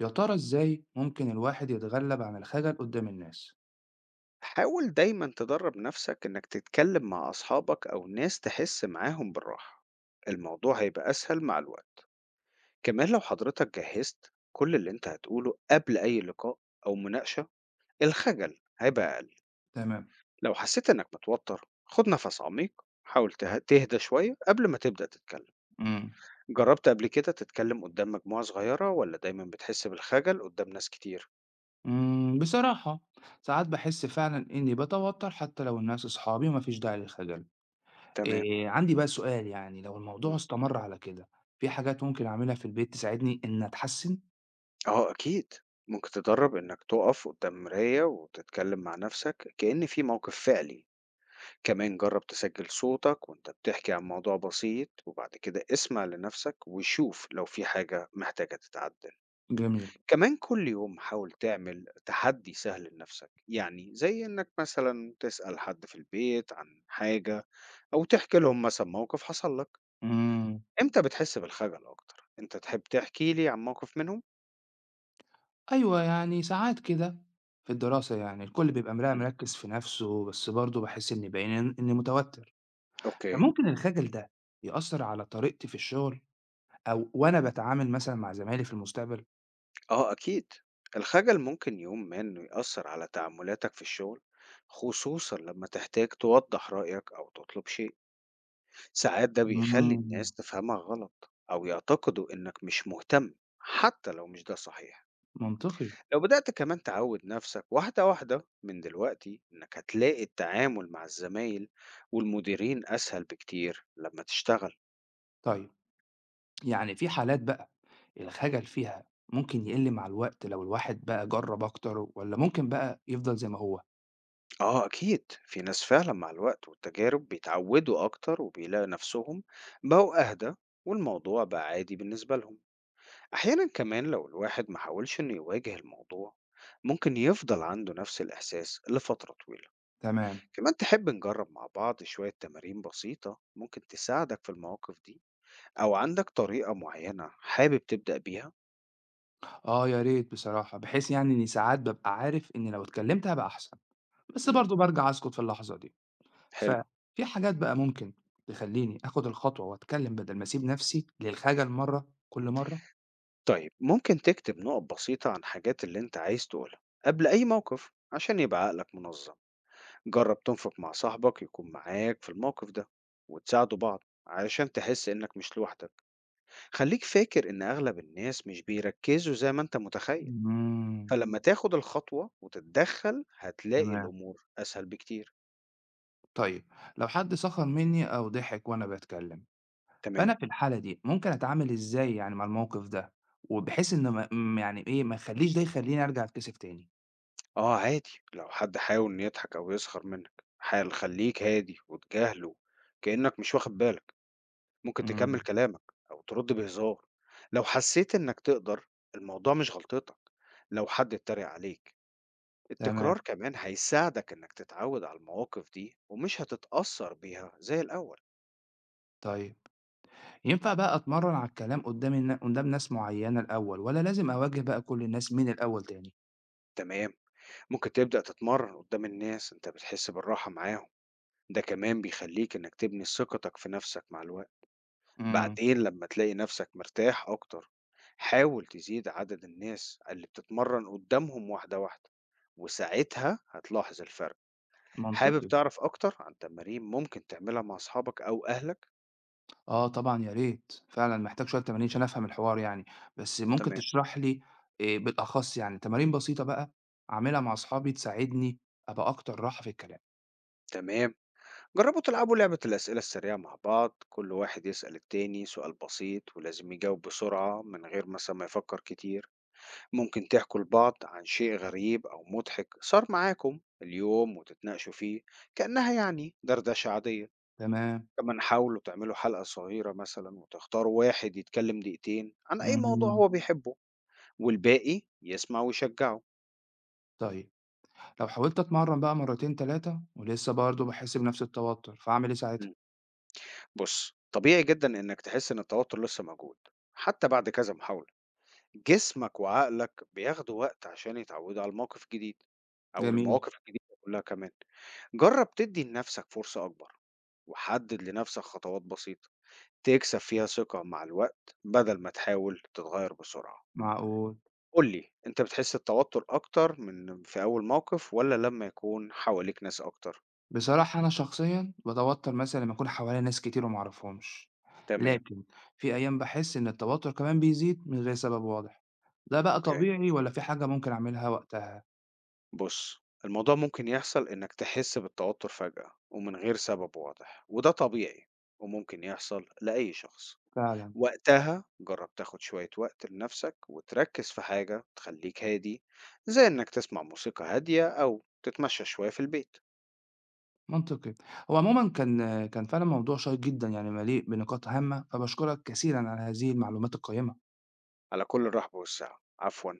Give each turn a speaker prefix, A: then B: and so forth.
A: يا ترى إزاي ممكن الواحد يتغلب عن الخجل قدام الناس؟
B: حاول دايما تدرب نفسك إنك تتكلم مع أصحابك أو ناس تحس معاهم بالراحة. الموضوع هيبقى أسهل مع الوقت. كمان لو حضرتك جهزت كل اللي انت هتقوله قبل أي لقاء أو مناقشة، الخجل هيبقى أقل.
A: تمام.
B: لو حسيت إنك متوتر خد نفس عميق، حاول تهدى شوية قبل ما تبدأ تتكلم.
A: مم.
B: جربت قبل كده تتكلم قدام مجموعة صغيرة ولا دايما بتحس بالخجل قدام ناس كتير؟
A: مم. بصراحة ساعات بحس فعلا إني بتوتر حتى لو الناس أصحابي ومفيش داعي للخجل.
B: تمام.
A: إيه عندي بقى سؤال، يعني لو الموضوع استمر على كده، في حاجات ممكن أعملها في البيت تساعدني إن أتحسن؟
B: آه أكيد، ممكن تجرّب إنك تُقف قدّام مراية وتتكلّم مع نَفْسك كإن في موقِف فعلي، كمان جرّب تسجّل صوتك وأنت بتحكي عن موضوع بسيط، وبعد كده اسمع لنَفْسك وشوف لو في حاجة محتاجة تتعدّل.
A: جميل.
B: كمان كل يوم حاول تعمل تحدّي سهل لنَفْسك، يعني زي إنك مثلًا تسأل حد في البيت عن حاجة أو تحكي لهم مثلًا موقِف حصل لك.
A: مم.
B: إمتى بتحس بالخجل أكتر؟ أنت تحب تحكي لي عن موقِف منهم؟
A: أيوة، يعني ساعات كده في الدراسة يعني الكل بيبقى
B: إمم،
A: مركز في نفسه، بس برضه بحس إني باين إني متوتر.
B: أوكي.
A: فممكن الخجل ده يأثر على طريقتي في الشغل أو وأنا باتعامل مثلًا مع زمايلي في المستقبل؟
B: آه أكيد، الخجل ممكن يوم ما إنه يأثر على تعاملاتك في الشغل، خصوصا لما تحتاج توضح رأيك أو تطلب شيء. ساعات ده بيخلي
A: إمم.
B: الناس تفهمك غلط أو يعتقدوا إنك مش مهتم، حتى لو مش ده صحيح.
A: منطقي.
B: لو بدأت كمان تعود نفسك واحدة واحدة من دلوقتي، إنك هتلاقي التعامل مع الزمايل والمديرين أسهل بكتير لما تشتغل.
A: طيب، يعني في حالات بقى الخجل فيها ممكن يقِل مع الوقت لو الواحد بقى جرّب أكتر، والّا ممكن بقى يفضل زي ما هو؟
B: آه أكيد، في ناس فعلا مع الوقت والتجارب بيتعودوا أكتر وبيلاقوا نفسهم بقوا أهدى، والموضوع بقى عادي بالنسبة لهم. أحيانا كمان لو الواحد ما حاولش إنه يواجه الموضوع، ممكن يفضل عنده نفس الإحساس لفترة طويلة.
A: تمام.
B: كمان تحب نجرب مع بعض شوية تمارين بسيطة ممكن تساعدك في المواقف دي، أو عندك طريقة معينة حابب تبدأ بيها؟
A: آه، يا ريت بصراحة، بحيث يعني إني ساعات بابقى عارف إني لو اتكلّمت هابقى أحسن، بس
B: مم.
A: برضه بارجع أسكت في اللحظة دي.
B: حلو.
A: ففي حاجات بقى ممكن تخلّيني آخُد الخطوة وأتكلّم بدل ما أسيب نَفْسي للخجل مرّة كل مرّة؟
B: طيب ممكن تكتب نقط بسيطة عن حاجات اللي أنت عايز تقولها قبل أي موقف عشان يبقى عقلك منظم. جرب تنفق مع صاحبك يكون معاك في الموقف ده وتساعدوا بعض علشان تحس إنك مش لوحدك. خليك فاكر إن أغلب الناس مش بيركزوا زي ما أنت متخيل،
A: إمم.
B: فلما تاخد الخطوة وتتدخل هتلاقي
A: تمام.
B: الأمور أسهل بكتير.
A: طيب، لو حد سخر مني أو ضحك وأنا باتكلم،
B: تمام.
A: فأنا في الحالة دي ممكن أتعامل إزاي يعني مع الموقف ده، وبحيث إنه ما م- يعني إيه ما يخليش ده يخليني أرجع أتكسف تاني؟
B: آه عادي، لو حد حاول إنه يضحك أو يسخر منك حال خليك هادي وتجاهله، كأنك مش واخد بالك. ممكن تكمل
A: امم.
B: كلامك أو ترد بهزار لو حسيت إنك تقدر. الموضوع مش غلطتك لو حد اتريق عليك.
A: تمام.
B: التكرار كمان هيساعدك إنك تتعود على المواقف دي ومش هتتأثر بيها زي الأول.
A: طيب، ينفع بقى أتمرن على الكلام قدام قدام ناس معينة الأول، ولا لازم أواجه بقى كل الناس من الأول تاني؟
B: تمام، ممكن تبدأ تتمرن قدام الناس أنت بتحس بالراحة معاهم. ده كمان بيخليك إنك تبني ثقتك في نفسك مع الوقت.
A: امم.
B: بعدين لما تلاقي نفسك مرتاح أكتر، حاول تزيد عدد الناس اللي بتتمرن قدامهم واحدة واحدة، وساعتها هتلاحظ الفرق. حابب
A: منطقي.
B: تعرف أكتر عن تمارين ممكن تعملها مع أصحابك أو أهلك؟
A: آه طبعًا يا ريت، فعلًا محتاج شوية تمارين عشان أفهم الحوار يعني، بس ممكن
B: تمام.
A: تشرح لي بالأخص يعني تمارين بسيطة بقى أعملها مع أصحابي تساعدني أبقى أكتر راحة في الكلام.
B: تمام، جربوا تلعبوا لعبة الأسئلة السريعة مع بعض، كل واحد يسأل التاني سؤال بسيط ولازم يجاوب بسرعة من غير مثلا ما يفكر كتير. ممكن تحكوا لبعض عن شيء غريب أو مضحك صار معاكم اليوم وتتناقشوا فيه، كأنها يعني دردشة عادية.
A: تمام.
B: كمان حاولوا تعملوا حلقة صغيرة مثلا وتختاروا واحد يتكلم دقيقتين عن أي موضوع
A: اهم.
B: هو بيحبه، والباقي يسمع ويشجعه.
A: طيب، لو حاولت أتمرّن بقى مرتين 3 ولسه برضه باحس بنفس التوتر، فأعمل إيه ساعتها؟
B: مم. بص طبيعي جدا إنك تحس إن التوتر لسه موجود، حتى بعد كذا محاولة. جسمك وعقلك بياخدوا وقت عشان يتعودوا على الموقف الجديد أو
A: جميل.
B: المواقف الجديدة كلها كمان. جرب تدي لنفسك فرصة أكبر، وحدد لنفسك خطوات بسيطة تكسب فيها ثقة مع الوقت بدل ما تحاول تتغير بسرعة.
A: معقول.
B: قولي أنت بتحس التوتر أكتر من في أول موقف ولا لما يكون حواليك ناس أكتر؟
A: بصراحة أنا شخصيًا باتوتر مثلًا لمّا أكون حواليّا ناس كتير وما أعرفهمش،
B: تمام.
A: لكن في أيام باحس إن التوتر كمان بيزيد من غير سبب واضح. ده بقى
B: أوكي،
A: طبيعي والّا في حاجة ممكن أعملها وقتها؟
B: بص الموضوع ممكن يحصل إنك تحس بالتوتر فجأة ومن غير سبب واضح وده طبيعي، وممكن يحصل لأي شخص.
A: فعلًا.
B: وقتها جرّب تاخد شوية وقت لنَفْسك وتركّز في حاجة تخلّيك هادي، زي إنّك تسمع موسيقى هادية أو تتمشى شوية في البيت.
A: منطقي. هو عمومًا كان فعلًا موضوع شيق جدًا يعني، مليء بنقاط هامة، فباشكرك كثيرًا على هذه المعلومات القيّمة.
B: على كل الرحب والسعة، عفوًا.